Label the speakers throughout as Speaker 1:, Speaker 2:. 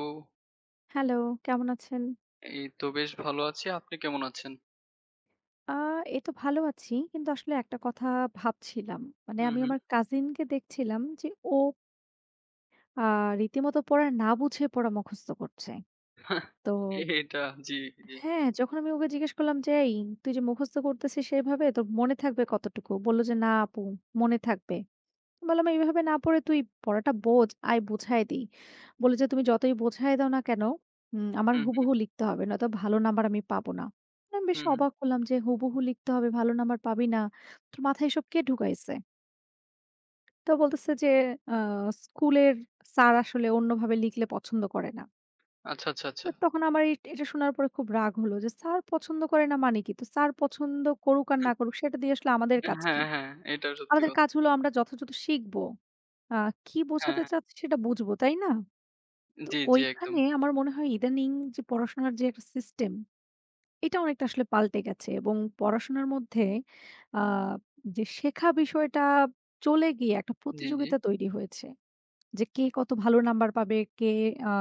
Speaker 1: ও
Speaker 2: hello, কেমন আছেন?
Speaker 1: এই তো বেশ ভালো আছি। আপনি কেমন আছেন?
Speaker 2: আ এই তো ভালো আছি। কিন্তু আসলে একটা কথা ভাবছিলাম। মানে
Speaker 1: হুম,
Speaker 2: আমি
Speaker 1: হুম।
Speaker 2: আমার কাজিনকে দেখছিলাম যে ও আ রীতিমতো পড়া না বুঝে পড়া মুখস্থ করছে। তো
Speaker 1: এটা জি, জি।
Speaker 2: হ্যাঁ, যখন আমি ওকে জিজ্ঞেস করলাম যে, "এই তুই যে মুখস্থ করতেছিস সেভাবে তোর মনে থাকবে কতটুকু?" বলল যে, "না আপু মনে থাকবে।" বললাম, "এইভাবে না পড়ে তুই পড়াটা বোঝ, আয় বুঝায় দিই।" বলে যে, "তুমি যতই বোঝায় দাও না কেন, আমার
Speaker 1: হুম, হুম,
Speaker 2: হুবহু লিখতে হবে, নয়তো ভালো নাম্বার আমি পাবো না।" আমি বেশ
Speaker 1: হুম, হুম।
Speaker 2: অবাক হলাম যে, "হুবহু লিখতে হবে, ভালো নাম্বার পাবি না? তোর মাথায় এসব কে ঢুকাইছে?" তো বলতেছে যে, "আ স্কুলের স্যার আসলে অন্যভাবে লিখলে পছন্দ করে না।"
Speaker 1: আচ্ছা, আচ্ছা, আচ্ছা।
Speaker 2: তো তখন আমার এটা শোনার পরে খুব রাগ হলো যে, "স্যার পছন্দ করে না মানে কি? তো স্যার পছন্দ করুক আর না করুক, সেটা দিয়ে আসলে আমাদের কাজ কি?
Speaker 1: হ্যাঁ, হ্যাঁ, এটাও সত্যি
Speaker 2: আমাদের
Speaker 1: কথা।
Speaker 2: কাজ হলো আমরা যথাযথ শিখবো।" আ কি
Speaker 1: হ্যাঁ,
Speaker 2: বোঝাতে
Speaker 1: হ্যাঁ।
Speaker 2: চাচ্ছে সেটা বুঝবো, তাই না? তো
Speaker 1: জি, জি একদম।
Speaker 2: ওইখানে আমার মনে হয় ইদানিং যে পড়াশোনার যে একটা সিস্টেম, এটা অনেকটা আসলে পাল্টে গেছে এবং পড়াশোনার মধ্যে আ যে শেখা বিষয়টা চলে গিয়ে একটা
Speaker 1: জি, জি।
Speaker 2: প্রতিযোগিতা তৈরি হয়েছে। যে কে কত ভালো নাম্বার পাবে, কে আ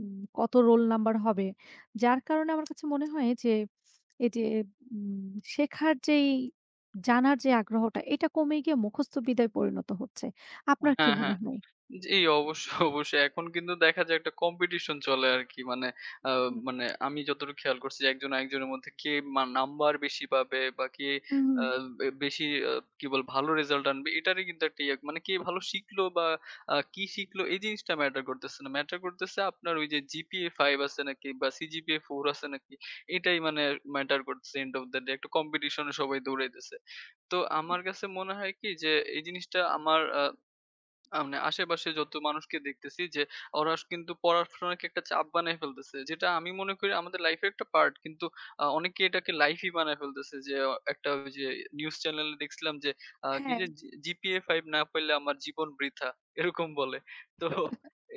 Speaker 2: কত রোল নাম্বার হবে। যার কারণে আমার কাছে মনে হয় যে এই যে উম শেখার জানার যে আগ্রহটা, এটা কমে গিয়ে মুখস্থ বিদ্যায় পরিণত হচ্ছে। আপনার কি
Speaker 1: হ্যাঁ,
Speaker 2: মনে
Speaker 1: হ্যাঁ।
Speaker 2: হয়?
Speaker 1: জি, অবশ্যই, অবশ্যই। এখন কিন্তু দেখা যায় একটা কম্পিটিশন চলে আরকি। মানে আ মানে আমি যতটুকু খেয়াল করছি যে একজন আরেকজনের মধ্যে কে নাম্বার বেশি পাবে বা কে
Speaker 2: হুম, হুম।
Speaker 1: আ বেশি আ কি বলে ভালো রেজাল্ট আনবে এটারই কিন্তু একটা ইয়ে মানে কে ভালো শিখলো বা কি শিখলো এই জিনিসটা ম্যাটার করতেছে না। ম্যাটার করতেছে আপনার ওই যে জিপিএ 5 আছে নাকি বা সিজিপিএ 4 আছে নাকি এটাই মানে ম্যাটার করতেছে এন্ড ওফ দ্যা ডে একটা কম্পিটিশনে সবাই দৌড়াইতেছে। তো আমার কাছে মনে হয় কি যে এই জিনিসটা আমার আ আ মানে আশেপাশে যত মানুষকে দেখতেছি যে ওরা কিন্তু পড়াশোনাকে একটা চাপ বানায় ফেলতেছে। যেটা আমি মনে করি আমাদের লাইফের একটা পার্ট। কিন্তু অনেকে এটাকে লাইফই বানায় ফেলতেছে। যে একটা ওই যে নিউজ চ্যানেলে দেখছিলাম যে কি
Speaker 2: হ্যাঁ,
Speaker 1: যে জিপিএ 5 না পাইলে আমার জীবন বৃথা। এরকম বলে। তো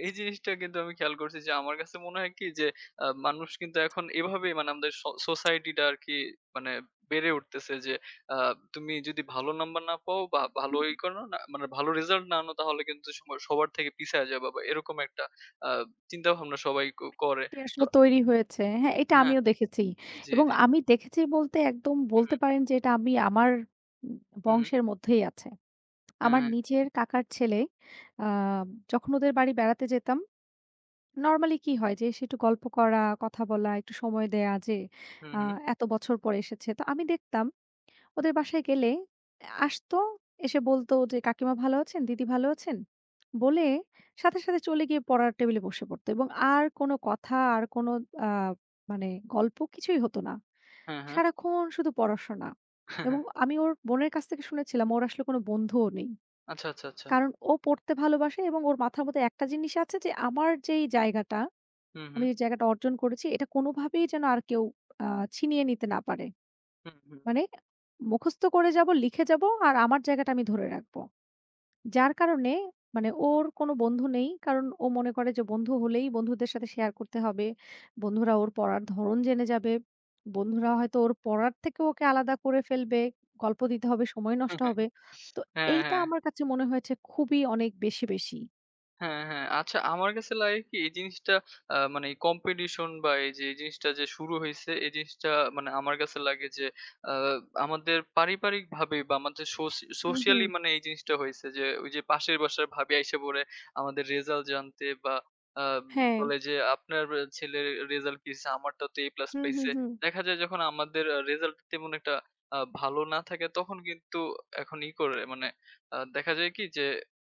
Speaker 1: এই জিনিসটা কিন্তু আমি খেয়াল করছি যে আমার কাছে মনে হয় কি যে মানুষ কিন্তু এখন এভাবেই মানে আমাদের সোসাইটিটা আরকি মানে বেড়ে উঠতেছে যে আ তুমি যদি ভালো নাম্বার না পাও বা ভালো
Speaker 2: হুম।
Speaker 1: করো না মানে ভালো রেজাল্ট না আনো তাহলে কিন্তু সবার থেকে পিছায়া যাবা বা এরকম একটা আ চিন্তাভাবনা সবাই করে।
Speaker 2: এটি
Speaker 1: তো
Speaker 2: আসলে তৈরি হয়েছে। হ্যাঁ, এটা
Speaker 1: হ্যাঁ,
Speaker 2: আমিও দেখেছি।
Speaker 1: জি,
Speaker 2: এবং
Speaker 1: জি।
Speaker 2: আমি দেখেছি বলতে একদম
Speaker 1: হু, হু,
Speaker 2: বলতে পারেন যে এটা আমি আমার উম
Speaker 1: হু, হু,
Speaker 2: বংশের মধ্যেই আছে।
Speaker 1: হ্যাঁ,
Speaker 2: আমার
Speaker 1: হ্যাঁ।
Speaker 2: নিজের কাকার ছেলে আ যখন ওদের বাড়ি বেড়াতে যেতাম, নরমালি কি হয় যে এসে একটু গল্প করা, কথা বলা, একটু সময় দেয়া যে
Speaker 1: হু,
Speaker 2: আ
Speaker 1: হু,
Speaker 2: এত বছর পরে এসেছে। তো আমি দেখতাম ওদের বাসায় গেলে আসতো, এসে বলতো যে, "কাকিমা ভালো আছেন? দিদি ভালো আছেন?" বলে সাথে, সাথে চলে গিয়ে পড়ার টেবিলে বসে পড়তো এবং আর কোনো কথা, আর কোনো আ মানে গল্প কিছুই হতো না।
Speaker 1: হ্যাঁ, হ্যাঁ।
Speaker 2: সারাক্ষণ শুধু পড়াশোনা এবং আমি ওর বোনের কাছ থেকে শুনেছিলাম ওর আসলে কোনো বন্ধুও নেই।
Speaker 1: আচ্ছা, আচ্ছা, আচ্ছা।
Speaker 2: কারণ ও পড়তে ভালোবাসে এবং ওর মাথার মধ্যে একটা জিনিস আছে যে,
Speaker 1: হু, হু,
Speaker 2: আমি যে জায়গাটা অর্জন করেছি এটা কোনোভাবেই যেন আর কেউ আ ছিনিয়ে নিতে না পারে।
Speaker 1: হু, হু।
Speaker 2: মানে মুখস্থ করে যাব, লিখে যাব আর আমার জায়গাটা আমি ধরে রাখবো। যার কারণে মানে ওর কোনো বন্ধু নেই। কারণ ও মনে করে যে বন্ধু হলেই বন্ধুদের সাথে শেয়ার করতে হবে। বন্ধুরা ওর পড়ার ধরন জেনে যাবে। বন্ধুরা হয়তো ওর পড়ার থেকে ওকে আলাদা করে ফেলবে। গল্প দিতে হবে, সময় নষ্ট হবে। তো
Speaker 1: হ্যাঁ,
Speaker 2: এইটা
Speaker 1: হ্যাঁ।
Speaker 2: আমার কাছে মনে হয়েছে খুবই অনেক বেশি, বেশি।
Speaker 1: হ্যাঁ, হ্যাঁ। আচ্ছা আমার কাছে লাগে কি এই জিনিসটা মানে কম্পিটিশন বা এই যে এই জিনিসটা যে শুরু হইছে এই জিনিসটা মানে আমার কাছে লাগে যে আ আমাদের পারিবারিকভাবে বা আমাদের
Speaker 2: হুম, হুম।
Speaker 1: সোশিয়ালি মানে এই জিনিসটা হইছে যে ওই যে পাশের বাসার ভাবি আইসা পড়ে আমাদের রেজাল্ট জানতে বা আ
Speaker 2: হ্যাঁ।
Speaker 1: বলে যে আপনার ছেলের রেজাল্ট কি হইছে? আমারটা তো A প্লাস
Speaker 2: হুম, হুম,
Speaker 1: পাইছে।
Speaker 2: হুম।
Speaker 1: দেখা যায় যখন আমাদের রেজাল্ট তেমন একটা ভালো না থাকে তখন কিন্তু এখন করে মানে দেখা যায় কি যে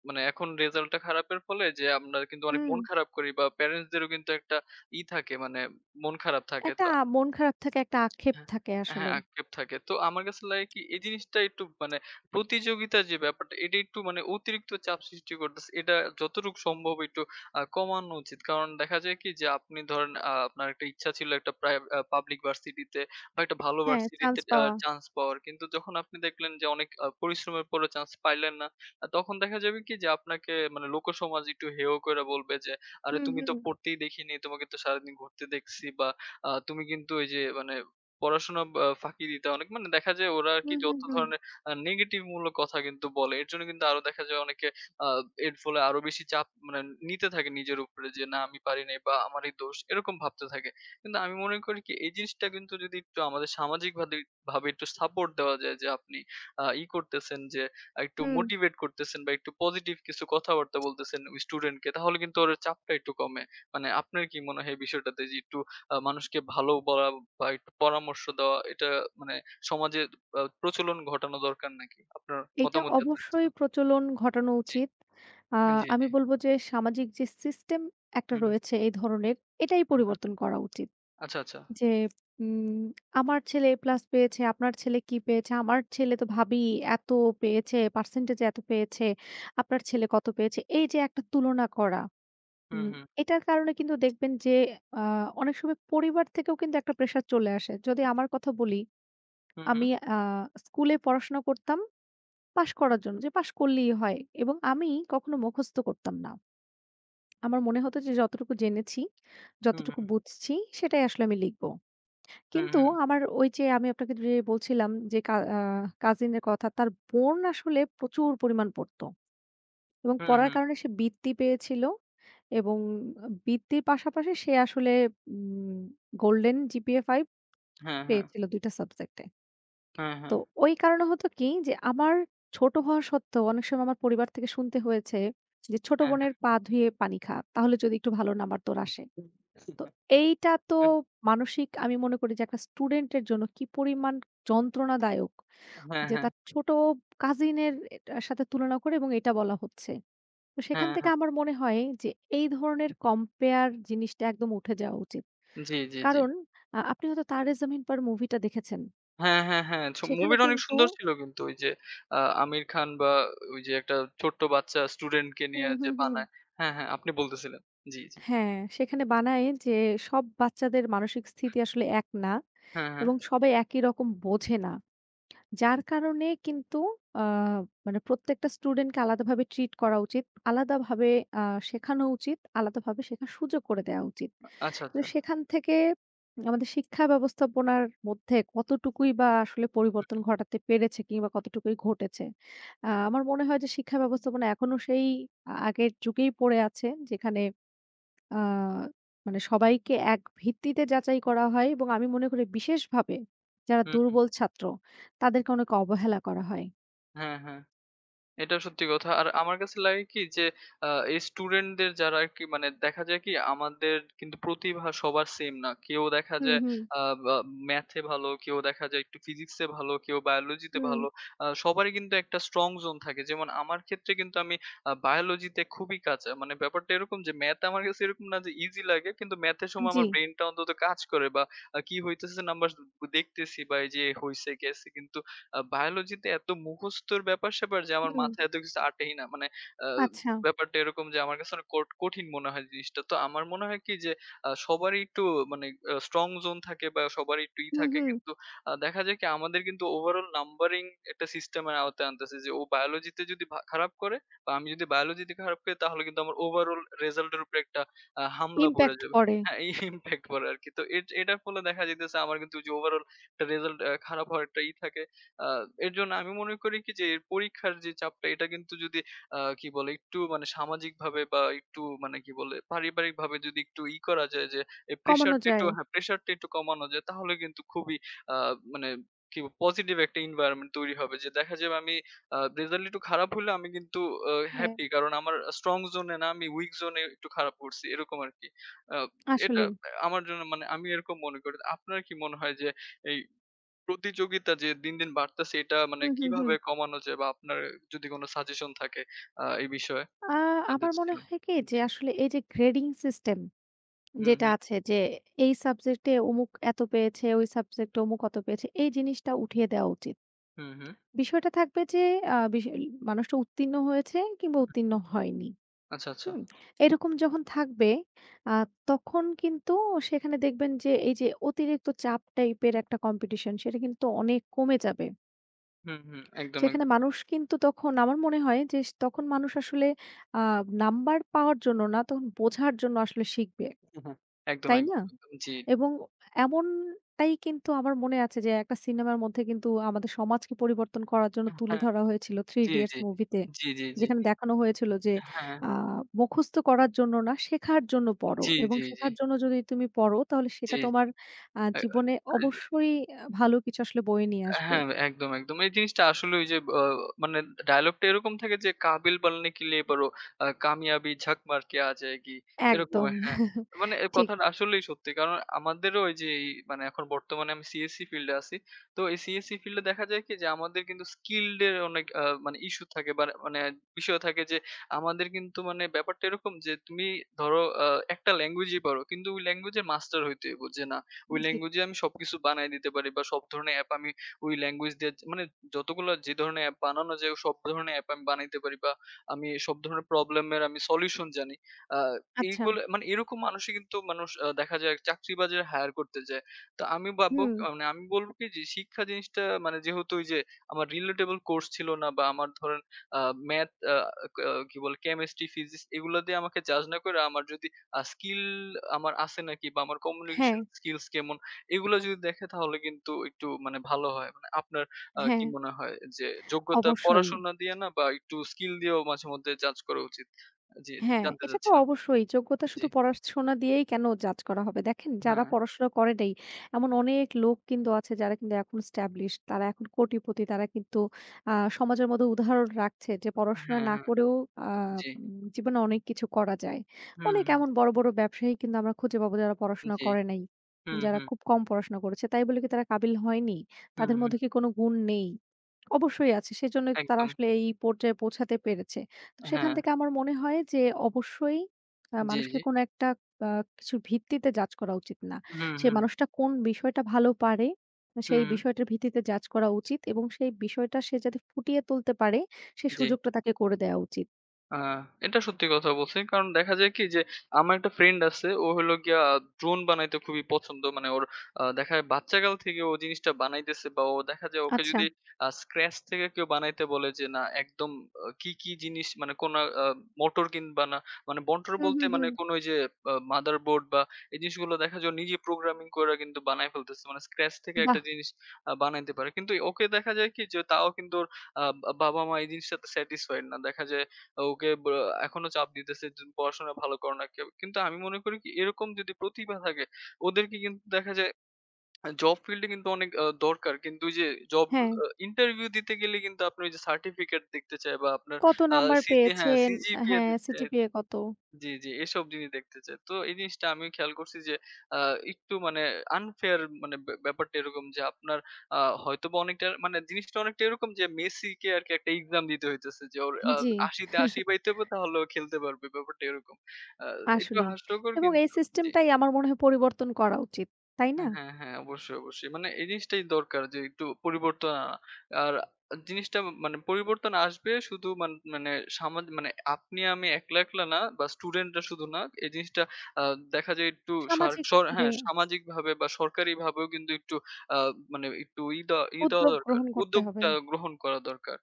Speaker 1: মানে এখন রেজাল্টটা খারাপের ফলে যে আমরা কিন্তু অনেক
Speaker 2: হুম।
Speaker 1: মন খারাপ করি বা প্যারেন্টস দেরও কিন্তু একটা থাকে মানে মন খারাপ থাকে।
Speaker 2: একটা
Speaker 1: তো
Speaker 2: মন খারাপ থাকে, একটা আক্ষেপ
Speaker 1: হ্যাঁ,
Speaker 2: থাকে
Speaker 1: হ্যাঁ,
Speaker 2: আসলে।
Speaker 1: আক্ষেপ থাকে। তো আমার কাছে লাগে কি এই জিনিসটা একটু মানে প্রতিযোগিতার যে ব্যাপারটা এটা একটু মানে অতিরিক্ত চাপ সৃষ্টি করতেছে। এটা যতটুকু সম্ভব একটু কমানো উচিত। কারণ দেখা যায় কি যে আপনি ধরেন আপনার একটা ইচ্ছা ছিল একটা প্রাই আ পাবলিক ভার্সিটিতে বা একটা ভালো
Speaker 2: হ্যাঁ,
Speaker 1: ভার্সিটিতে
Speaker 2: চান্স পাওয়া।
Speaker 1: চান্স পাওয়ার। কিন্তু যখন আপনি দেখলেন যে অনেক পরিশ্রমের পরেও চান্স পাইলেন না, তখন দেখা যাবে কি যে আপনাকে মানে লোকসমাজ একটু হেয় করে বলবে যে, "আরে
Speaker 2: হুম,
Speaker 1: তুমি তো
Speaker 2: হুম।
Speaker 1: পড়তেই দেখিনি, তোমাকে তো সারাদিন ঘুরতে দেখছি" বা "তুমি কিন্তু ওই যে মানে পড়াশোনা বা ফাঁকি দিতে অনেক মানে দেখা যায় ওরা আরকি
Speaker 2: হুম, হুম,
Speaker 1: যত
Speaker 2: হুম।
Speaker 1: ধরনের নেগেটিভ মূলক কথা কিন্তু বলে। এর জন্য কিন্তু আরো দেখা যায় অনেকে আ এর ফলে আরো বেশি চাপ মানে নিতে থাকে নিজের উপরে যে, "না আমি পারি নাই" বা "আমারই দোষ" এরকম ভাবতে থাকে। কিন্তু আমি মনে করি কি এই জিনিসটা কিন্তু যদি একটু আমাদের সামাজিকভাবে ভাবে ভাবে একটু সাপোর্ট দেওয়া যায় যে, আপনি আ ই করতেছেন যে, একটু
Speaker 2: হুম,
Speaker 1: মোটিভেট করতেছেন বা একটু পজিটিভ কিছু কথাবার্তা বলতেছেন ওই স্টুডেন্টকে তাহলে কিন্তু ওর চাপটা একটু কমে। মানে আপনার কি মনে হয় এই বিষয়টাতে যে, একটু মানুষকে ভালো বলা বা একটু পরামর্শ দেওয়া এটা মানে সমাজে প্রচলন ঘটানো দরকার নাকি? আপনার
Speaker 2: এটা
Speaker 1: মতামত জানতে
Speaker 2: অবশ্যই
Speaker 1: চাচ্ছিলাম।
Speaker 2: প্রচলন ঘটানো
Speaker 1: জি,
Speaker 2: উচিত। আ
Speaker 1: জি,
Speaker 2: আমি
Speaker 1: জি।
Speaker 2: বলব যে সামাজিক যে সিস্টেম একটা
Speaker 1: হুম,
Speaker 2: রয়েছে এই ধরনের, এটাই
Speaker 1: হুম, হুম।
Speaker 2: পরিবর্তন করা উচিত।
Speaker 1: আচ্ছা, আচ্ছা।
Speaker 2: যে উম আমার ছেলে A প্লাস পেয়েছে, আপনার ছেলে কি পেয়েছে? আমার ছেলে তো ভাবি এত পেয়েছে, পার্সেন্টেজ এত পেয়েছে, আপনার ছেলে কত পেয়েছে? এই যে একটা তুলনা করা।
Speaker 1: হুম,
Speaker 2: উম
Speaker 1: হুম,
Speaker 2: এটার কারণে কিন্তু দেখবেন যে আ অনেক সময় পরিবার থেকেও কিন্তু একটা প্রেশার চলে আসে। যদি আমার কথা বলি,
Speaker 1: হুম, হুম,
Speaker 2: আমি আ স্কুলে পড়াশোনা করতাম পাস করার জন্য যে পাস করলেই হয় এবং আমি কখনো মুখস্থ করতাম না। আমার মনে হতো যে যতটুকু জেনেছি,
Speaker 1: হুম,
Speaker 2: যতটুকু
Speaker 1: হুম,
Speaker 2: বুঝছি সেটাই আসলে আমি লিখব।
Speaker 1: হুম,
Speaker 2: কিন্তু আমার ওই যে আমি আপনাকে যে বলছিলাম যে কা আ কাজিনের কথা তার বোন আসলে প্রচুর পরিমাণ পড়ত এবং
Speaker 1: হুম,
Speaker 2: পড়ার
Speaker 1: হুম।
Speaker 2: কারণে সে বৃত্তি পেয়েছিল এবং বৃত্তির পাশাপাশি সে আসলে উম গোল্ডেন জিপিএ 5
Speaker 1: হ্যাঁ, হ্যাঁ,
Speaker 2: পেয়েছিল ২ টা সাবজেক্টে।
Speaker 1: হ্যাঁ, হ্যাঁ,
Speaker 2: তো
Speaker 1: হ্যাঁ,
Speaker 2: ওই কারণে হতো কি যে আমার ছোট হওয়া সত্ত্বেও অনেক সময় আমার পরিবার থেকে শুনতে হয়েছে যে, "ছোট
Speaker 1: হ্যাঁ,
Speaker 2: বোনের পা ধুয়ে পানি খা। তাহলে যদি একটু ভালো নাম্বার তোর আসে।" তো এইটা তো মানসিক আমি মনে করি যে একটা স্টুডেন্টের জন্য কি পরিমাণ যন্ত্রণাদায়ক
Speaker 1: হ্যাঁ,
Speaker 2: যে
Speaker 1: হ্যাঁ,
Speaker 2: তার ছোট কাজিনের এটার সাথে তুলনা করে এবং এটা বলা হচ্ছে। তো সেখান
Speaker 1: হ্যাঁ,
Speaker 2: থেকে
Speaker 1: হ্যাঁ।
Speaker 2: আমার মনে হয় যে এই ধরনের কম্পেয়ার জিনিসটা একদম উঠে যাওয়া উচিত।
Speaker 1: জি, জি, জি।
Speaker 2: কারণ আপনি হয়তো 'তারে জামিন পার' মুভিটা দেখেছেন।
Speaker 1: হ্যাঁ, হ্যাঁ, হ্যাঁ।
Speaker 2: সেখানে
Speaker 1: মুভিটা অনেক
Speaker 2: কিন্তু
Speaker 1: সুন্দর ছিল কিন্তু ওই যে আমির খান বা ওই যে একটা ছোট্ট বাচ্চা স্টুডেন্টকে নিয়ে
Speaker 2: হুম,
Speaker 1: যে
Speaker 2: হুম, হুম।
Speaker 1: বানায়। হ্যাঁ, হ্যাঁ, আপনি বলতেছিলেন। জি, জি।
Speaker 2: হ্যাঁ, সেখানে বানায় যে সব বাচ্চাদের মানসিক স্থিতি আসলে এক না
Speaker 1: হ্যাঁ, হ্যাঁ।
Speaker 2: এবং সবাই একই রকম বোঝে না। যার কারণে কিন্তু আ মানে প্রত্যেকটা স্টুডেন্টকে আলাদাভাবে ট্রিট করা উচিত। আলাদাভাবে আ শেখানো উচিত, আলাদাভাবে শেখার সুযোগ করে দেওয়া উচিত।
Speaker 1: আচ্ছা, আচ্ছা।
Speaker 2: কিন্তু সেখান থেকে আমাদের শিক্ষা ব্যবস্থাপনার মধ্যে কতটুকুই বা আসলে পরিবর্তন ঘটাতে পেরেছে কিংবা কতটুকুই ঘটেছে। আমার মনে হয় যে শিক্ষা ব্যবস্থাপনা এখনো সেই আগের যুগেই পড়ে আছে যেখানে আ মানে সবাইকে এক ভিত্তিতে যাচাই করা হয় এবং আমি মনে করি বিশেষভাবে যারা
Speaker 1: হুম, হুম।
Speaker 2: দুর্বল ছাত্র তাদেরকে অনেক অবহেলা করা হয়।
Speaker 1: হ্যাঁ, হ্যাঁ। এটা সত্যি কথা। আর আমার কাছে লাগে কি যে এই স্টুডেন্টদের যারা আরকি মানে দেখা যায় কি আমাদের কিন্তু প্রতিভা সবার সেম না। কেউ দেখা
Speaker 2: হুম,
Speaker 1: যায়
Speaker 2: হুম,
Speaker 1: আ বা ম্যাথে ভালো, কেউ দেখা যায় একটু ফিজিক্সে ভালো, কেউ বায়োলজিতে
Speaker 2: হুম,
Speaker 1: ভালো। সবারই কিন্তু একটা স্ট্রং জোন থাকে। যেমন আমার ক্ষেত্রে কিন্তু আমি বায়োলজিতে খুবই কাঁচা। মানে ব্যাপারটা এরকম যে ম্যাথ আমার কাছে এরকম না যে ইজি লাগে কিন্তু ম্যাথের সময়
Speaker 2: জি।
Speaker 1: আমার ব্রেইনটা অন্তত কাজ করে বা কি হইতেছে নাম্বার দেখতেছি বা এই যে হইছে, গেছে। কিন্তু বায়োলজিতে এত মুখস্থর ব্যাপার-স্যাপার যে আমার
Speaker 2: হুম।
Speaker 1: মাথায় এত কিছু আটেই না। মানে আ
Speaker 2: আচ্ছা।
Speaker 1: ব্যাপারটা এরকম যে আমার কাছে অনেক কঠিন মনে হয় জিনিসটা। তো আমার মনে হয় কি যে সবারই একটু মানে স্ট্রং জোন থাকে বা সবারই একটু
Speaker 2: হুম,
Speaker 1: থাকে।
Speaker 2: হুম।
Speaker 1: কিন্তু দেখা যায় কি আমাদের কিন্তু ওভারঅল নাম্বারিং একটা সিস্টেমের আওতায় আনতেছে যে ও বায়োলজিতে যদি খারাপ করে বা আমি যদি বায়োলজিতে খারাপ করি তাহলে কিন্তু আমার ওভারঅল রেজাল্ট এর উপরে একটা হামলা পইড়া
Speaker 2: ইমপ্যাক্ট
Speaker 1: যাবে।
Speaker 2: পড়ে,
Speaker 1: হ্যাঁ, এই ইমপ্যাক্ট পড়ে আরকি। তো এটার ফলে দেখা যাইতেছে আমার কিন্তু ওই যে ওভারঅল একটা রেজাল্ট খারাপ হওয়ার একটা থাকে। এর জন্য আমি মনে করি কি যে এর পরীক্ষার যে চাপটা এটা কিন্তু যদি কি বলে একটু মানে সামাজিকভাবে বা একটু মানে কি বলে পারিবারিক ভাবে যদি একটু করা যায় যে এই
Speaker 2: কমানো
Speaker 1: প্রেশারটা একটু
Speaker 2: যায়।
Speaker 1: হ্যাঁ প্রেশারটা একটু কমানো যায় তাহলে কিন্তু খুবই মানে কি পজিটিভ একটা এনভায়রনমেন্ট তৈরি হবে যে দেখা যাবে আমি রেজাল্ট একটু খারাপ হলে আমি কিন্তু
Speaker 2: হ্যাঁ।
Speaker 1: হ্যাপি কারণ আমার স্ট্রং জোনে না আমি উইক জোনে একটু খারাপ করছি এরকম আর কি আহ, এটা
Speaker 2: আসলেই।
Speaker 1: আমার জন্য মানে আমি এরকম মনে করি আপনার কি মনে হয় যে এই প্রতিযোগিতা যে দিন, দিন বাড়তেছে এটা মানে
Speaker 2: হুম, হুম,
Speaker 1: কিভাবে
Speaker 2: হুম।
Speaker 1: কমানো যায়? বা আপনার যদি কোনো সাজেশন থাকে এই বিষয়ে
Speaker 2: আ
Speaker 1: জানতে
Speaker 2: আমার মনে
Speaker 1: চাচ্ছিলাম।
Speaker 2: হয় কি যে
Speaker 1: জি।
Speaker 2: আসলে এই যে গ্রেডিং সিস্টেম
Speaker 1: হুম,
Speaker 2: যেটা
Speaker 1: হুম।
Speaker 2: আছে যে এই সাবজেক্টে অমুক এত পেয়েছে, ওই সাবজেক্টে অমুক অত পেয়েছে এই জিনিসটা উঠিয়ে দেওয়া উচিত।
Speaker 1: হুম, হুম।
Speaker 2: বিষয়টা থাকবে যে আ বিষ মানুষটা উত্তীর্ণ হয়েছে কিংবা উত্তীর্ণ হয়নি।
Speaker 1: আচ্ছা, আচ্ছা।
Speaker 2: হুম? এরকম যখন থাকবে আ তখন কিন্তু সেখানে দেখবেন যে এই যে অতিরিক্ত চাপ টাইপের একটা কম্পিটিশন সেটা কিন্তু অনেক কমে যাবে।
Speaker 1: হুম, হুম। একদম,
Speaker 2: সেখানে
Speaker 1: একদম।
Speaker 2: মানুষ কিন্তু তখন আমার মনে হয় যে তখন মানুষ আসলে আ নাম্বার পাওয়ার জন্য না তখন বোঝার জন্য আসলে শিখবে।
Speaker 1: হ্যাঁ, হ্যাঁ। একদম,
Speaker 2: তাই না?
Speaker 1: একদম, একদম। জি।
Speaker 2: এবং এমনটাই কিন্তু আমার মনে আছে যে একটা সিনেমার মধ্যে কিন্তু আমাদের সমাজকে পরিবর্তন করার জন্য তুলে
Speaker 1: হ্যাঁ,
Speaker 2: ধরা হয়েছিল 'থ্রি
Speaker 1: জি,
Speaker 2: ইডিয়টস'
Speaker 1: জি।
Speaker 2: মুভিতে।
Speaker 1: জি, জি, জি।
Speaker 2: যেখানে দেখানো হয়েছিল যে
Speaker 1: হ্যাঁ।
Speaker 2: আ মুখস্থ করার জন্য না, শেখার জন্য পড়ো
Speaker 1: জি,
Speaker 2: এবং
Speaker 1: জি, জি।
Speaker 2: শেখার জন্য যদি তুমি পড়ো তাহলে
Speaker 1: জি।
Speaker 2: সেটা তোমার
Speaker 1: আ
Speaker 2: জীবনে
Speaker 1: আ
Speaker 2: অবশ্যই ভালো কিছু আসলে বয়ে নিয়ে আসবে।
Speaker 1: হ্যাঁ, একদম, একদম। এই জিনিসটা আসলে ওই যে মানে ডায়ালগটা এরকম থাকে যে "কাবিল বাননে কে লিয়ে পড়ো, কামিয়াবি ঝাঁক মার কে আ জায়েগি।" এরকম
Speaker 2: একদম।
Speaker 1: হ্যাঁ। মানে এই
Speaker 2: ঠিক।
Speaker 1: কথাটা আসলেই সত্যি। কারণ আমাদেরও ওই যে এই মানে এখন বর্তমানে আমি সিএসসি ফিল্ডে আছি। তো এই সিএসসি ফিল্ডে দেখা যায় কি যে আমাদের কিন্তু স্কিলড এর অনেক মানে ইস্যু থাকে বা মানে বিষয় থাকে যে আমাদের কিন্তু মানে ব্যাপারটা এরকম যে তুমি ধরো একটা ল্যাঙ্গুয়েজই পারো। কিন্তু ওই ল্যাঙ্গুয়েজের মাস্টার হইতে হইব যে না, ওই
Speaker 2: জি।
Speaker 1: ল্যাঙ্গুয়েজে আমি সবকিছু বানায় দিতে পারি বা সব ধরনের অ্যাপ আমি ওই ল্যাঙ্গুয়েজ দিয়ে মানে যতগুলা যে ধরনের অ্যাপ বানানো যায় সব ধরনের অ্যাপ আমি বানাইতে পারি বা আমি সব ধরনের প্রবলেমের আমি সলিউশন জানি। আ
Speaker 2: আচ্ছা।
Speaker 1: এইগুলো মানে এরকম মানুষই কিন্তু মানুষ দেখা যায় চাকরি বাজারে হায়ার করতে যায়। তো আমি ভাববো
Speaker 2: হুম।
Speaker 1: মানে আমি বলবো কি যে শিক্ষা জিনিসটা মানে যেহেতু ওই যে আমার relatable কোর্স ছিল না বা আমার ধরেন আ ম্যাথ আ আ কি বলে কেমিস্ট্রি, ফিজিক্স এগুলো দিয়ে আমাকে জাজ না করে আমার যদি স্কিল আমার আছে নাকি বা আমার
Speaker 2: হ্যাঁ,
Speaker 1: কমিউনিকেশন স্কিলস কেমন এগুলো যদি দেখে তাহলে কিন্তু একটু মানে ভালো হয়। মানে আপনার
Speaker 2: হ্যাঁ।
Speaker 1: কি মনে হয় যে যোগ্যতা
Speaker 2: অবশ্যই।
Speaker 1: পড়াশোনা দিয়ে না বা একটু স্কিল দিয়েও মাঝে মধ্যে জাজ করা উচিত? জি,
Speaker 2: হ্যাঁ,
Speaker 1: জানতে
Speaker 2: এটা তো
Speaker 1: চাচ্ছিলাম।
Speaker 2: অবশ্যই। যোগ্যতা
Speaker 1: জি।
Speaker 2: শুধু পড়াশোনা দিয়েই কেন জাজ করা হবে? দেখেন যারা
Speaker 1: হ্যাঁ,
Speaker 2: পড়াশোনা করে নাই, এমন অনেক লোক কিন্তু আছে যারা কিন্তু এখন established তারা এখন কোটিপতি। তারা কিন্তু সমাজের মধ্যে উদাহরণ রাখছে যে পড়াশোনা
Speaker 1: হ্যাঁ,
Speaker 2: না
Speaker 1: হ্যাঁ।
Speaker 2: করেও আ
Speaker 1: জি।
Speaker 2: উম জীবনে অনেক কিছু করা যায়।
Speaker 1: হুম,
Speaker 2: অনেক
Speaker 1: হুম।
Speaker 2: এমন বড়, বড় ব্যবসায়ী কিন্তু আমরা খুঁজে পাবো যারা পড়াশোনা
Speaker 1: জি।
Speaker 2: করে নাই।
Speaker 1: হুম,
Speaker 2: যারা
Speaker 1: হুম।
Speaker 2: খুব কম পড়াশোনা করেছে। তাই বলে কি তারা কাবিল হয়নি?
Speaker 1: হুম,
Speaker 2: তাদের
Speaker 1: হুম।
Speaker 2: মধ্যে কি কোনো গুণ নেই? অবশ্যই আছে। সেজন্যই তো তারা
Speaker 1: একদম।
Speaker 2: আসলে এই পর্যায়ে পৌঁছাতে পেরেছে। তো সেখান
Speaker 1: হ্যাঁ।
Speaker 2: থেকে আমার মনে হয় যে অবশ্যই
Speaker 1: জি,
Speaker 2: মানুষকে
Speaker 1: জি।
Speaker 2: কোনো একটা আ কিছুর ভিত্তিতে জাজ করা উচিত না।
Speaker 1: হুম,
Speaker 2: সে
Speaker 1: হুম।
Speaker 2: মানুষটা কোন বিষয়টা ভালো পারে,
Speaker 1: হুম,
Speaker 2: সেই
Speaker 1: হুম।
Speaker 2: বিষয়টার ভিত্তিতে জাজ করা উচিত এবং সেই বিষয়টা সে যাতে ফুটিয়ে তুলতে পারে, সে
Speaker 1: জি।
Speaker 2: সুযোগটা তাকে করে দেয়া উচিত।
Speaker 1: আ এটা সত্যি কথা বলছেন। কারণ দেখা যায় কি যে, আমার একটা ফ্রেন্ড আছে ও হলো গিয়া ড্রোন বানাইতে খুবই পছন্দ। মানে ওর দেখা যায় বাচ্চাকাল থেকে ও জিনিসটা বানাইতেছে বা ও দেখা যায় ওকে
Speaker 2: আচ্ছা।
Speaker 1: যদি স্ক্র্যাচ থেকে কেউ বানাইতে বলে যে না একদম কি, কি জিনিস মানে কোন আ মোটর কিনবা না। মানে মোটর
Speaker 2: হুম,
Speaker 1: বলতে
Speaker 2: হুম,
Speaker 1: মানে
Speaker 2: হুম।
Speaker 1: কোন ওই যে মাদারবোর্ড বা এই জিনিসগুলো দেখা যায় ও নিজে প্রোগ্রামিং কইরা কিন্তু বানায় ফেলতেছে। মানে স্ক্র্যাচ থেকে
Speaker 2: বাহ!
Speaker 1: একটা জিনিস বানাইতে পারে। কিন্তু ওকে দেখা যায় কি যে তাও কিন্তু ওর আ বা বাবা-মা এই জিনিসটাতে স্যাটিসফাইড না। দেখা যায় ওকে এখনো চাপ দিতেছে যে পড়াশোনায় ভালো করো না কেউ। কিন্তু আমি মনে করি কি এরকম যদি প্রতিভা থাকে ওদেরকে কিন্তু দেখা যায় জব ফিল্ডে কিন্তু অনেক দরকার। কিন্তু ওই যে জব
Speaker 2: হ্যাঁ,
Speaker 1: ইন্টারভিউ দিতে গেলে কিন্তু আপনি ওই যে সার্টিফিকেট দেখতে চায় বা আপনার
Speaker 2: কত
Speaker 1: আ
Speaker 2: নাম্বার
Speaker 1: হ্যাঁ,
Speaker 2: পেয়েছেন?
Speaker 1: সিজিপিএ
Speaker 2: হ্যাঁ,
Speaker 1: দেখতে চায়।
Speaker 2: সিজিপিএ কত?
Speaker 1: জি, জি। এসব জিনিস দেখতে চায়। তো এই জিনিসটা আমি খেয়াল করছি যে আ একটু মানে আনফেয়ার মানে ব্যাপারটা এরকম যে আপনার আ হয়তোবা অনেকটা মানে জিনিসটা অনেকটা এরকম যে মেসিকে আরকি একটা এক্সাম দিতে হইতেছে যে ওর
Speaker 2: জি,
Speaker 1: ৮০ তে ৮০ পাইতে হবে তাহলে ও খেলতে পারবে। ব্যাপারটা এরকম। আ একটু
Speaker 2: আসলেই।
Speaker 1: হাস্যকর
Speaker 2: এবং এই
Speaker 1: কিন্তু জি।
Speaker 2: সিস্টেমটাই আমার মনে হয় পরিবর্তন করা উচিত। তাই না?
Speaker 1: হ্যাঁ, হ্যাঁ। অবশ্যই, অবশ্যই। মানে এই জিনিসটাই দরকার যে একটু পরিবর্তন আনা। আর জিনিসটা মানে পরিবর্তন আসবে শুধু মানে মানে আপনি আমি একলা, একলা না বা স্টুডেন্টরা শুধু না। এই জিনিসটা আ দেখা যায় একটু সর সর
Speaker 2: সামাজিকভাবে
Speaker 1: হ্যাঁ, সামাজিকভাবে বা সরকারিভাবেও কিন্তু একটু আ মানে একটু ই দেওয়া ই দেওয়া
Speaker 2: উদ্যোগ
Speaker 1: দরকার।
Speaker 2: গ্রহণ করতে হবে।
Speaker 1: উদ্যোগটা গ্রহণ করা দরকার।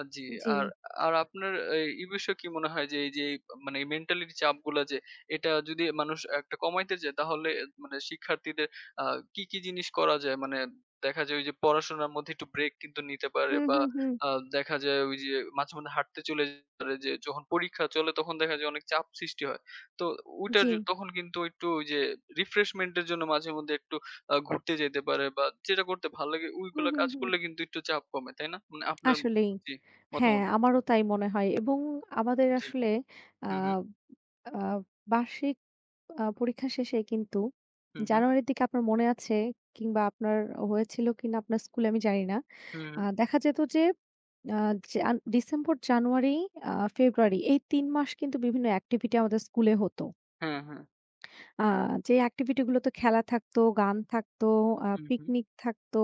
Speaker 1: জি।
Speaker 2: জি।
Speaker 1: আর আর আপনার এই এই বিষয়ে কি মনে হয় যে এই যে এই মানে মেন্টালিটি চাপগুলা যে এটা যদি মানুষ একটা কমাইতে চায় তাহলে মানে শিক্ষার্থীদের আ কি, কি জিনিস করা যায়? মানে দেখা যায় ওই যে পড়াশোনার মধ্যে একটু ব্রেক কিন্তু নিতে পারে
Speaker 2: হুম,
Speaker 1: বা
Speaker 2: হুম, হুম।
Speaker 1: আ দেখা যায় ওই যে মাঝে, মাঝে হাঁটতে চলে যেতে পারে যে যখন পরীক্ষা চলে তখন দেখা যায় অনেক চাপ সৃষ্টি হয়। তো ওইটার
Speaker 2: জি।
Speaker 1: তখন কিন্তু একটু ওই যে রিফ্রেশমেন্ট এর জন্য মাঝে মধ্যে একটু ঘুরতে যেতে পারে বা যেটা করতে ভাল লাগে
Speaker 2: হুম,
Speaker 1: ওইগুলা
Speaker 2: হুম,
Speaker 1: কাজ
Speaker 2: হুম।
Speaker 1: করলে কিন্তু একটু চাপ কমে, তাই না? মানে আপনার
Speaker 2: আসলেই।
Speaker 1: জি,
Speaker 2: হ্যাঁ,
Speaker 1: মতামত
Speaker 2: আমারও তাই মনে হয় এবং আমাদের
Speaker 1: জি।
Speaker 2: আসলে আ
Speaker 1: হু, হু,
Speaker 2: আ বার্ষিক পরীক্ষা শেষে কিন্তু
Speaker 1: হু, হু,
Speaker 2: জানুয়ারির দিকে আপনার মনে আছে কিংবা আপনার হয়েছিল কিনা আপনার স্কুলে আমি জানি না।
Speaker 1: হু, হু।
Speaker 2: দেখা যেত যে আ জান ডিসেম্বর, জানুয়ারি, আ ফেব্রুয়ারি এই ৩ মাস কিন্তু বিভিন্ন activity আমাদের স্কুলে হতো।
Speaker 1: হ্যাঁ, হ্যাঁ।
Speaker 2: আ যে অ্যাক্টিভিটি গুলোতে খেলা থাকতো, গান থাকতো,
Speaker 1: হু, হু,
Speaker 2: পিকনিক থাকতো,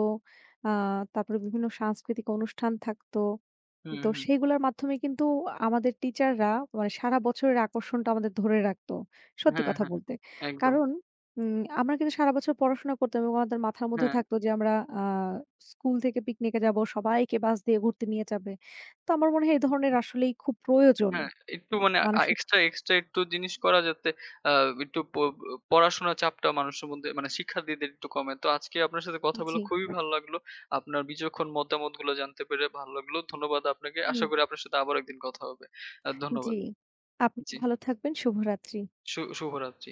Speaker 2: আ তারপরে বিভিন্ন সাংস্কৃতিক অনুষ্ঠান থাকতো।
Speaker 1: হু,
Speaker 2: তো
Speaker 1: হু।
Speaker 2: সেইগুলোর মাধ্যমে কিন্তু আমাদের টিচাররা মানে সারা বছরের আকর্ষণটা আমাদের ধরে রাখতো। সত্যি
Speaker 1: হ্যাঁ,
Speaker 2: কথা
Speaker 1: হ্যাঁ।
Speaker 2: বলতে।
Speaker 1: একদম।
Speaker 2: কারণ আমরা কিন্তু সারা বছর পড়াশোনা করতাম এবং আমাদের মাথার মধ্যে
Speaker 1: হ্যাঁ।
Speaker 2: থাকতো যে আমরা আ স্কুল থেকে পিকনিকে যাবো, সবাইকে বাস দিয়ে ঘুরতে নিয়ে যাবে। তো আমার মনে হয় এই ধরনের আসলেই খুব প্রয়োজন।
Speaker 1: হ্যাঁ, একটু মানে
Speaker 2: মানসিক
Speaker 1: এক্সট্রা, এক্সট্রা একটু জিনিস করা যাতে আ একটু পড়াশোনার চাপটা মানুষের মধ্যে মানে শিক্ষার্থীদের একটু কমে। তো আজকে আপনার সাথে কথা বলে
Speaker 2: জি,
Speaker 1: খুবই ভালো লাগলো। আপনার বিচক্ষণ মতামতগুলো জানতে পেরে ভালো লাগলো। ধন্যবাদ আপনাকে। আশা
Speaker 2: হুম।
Speaker 1: করি আপনার সাথে আবারও একদিন কথা হবে। ধন্যবাদ।
Speaker 2: জি। আপনিও
Speaker 1: জি।
Speaker 2: ভালো থাকবেন। শুভরাত্রি।
Speaker 1: শুভরাত্রি।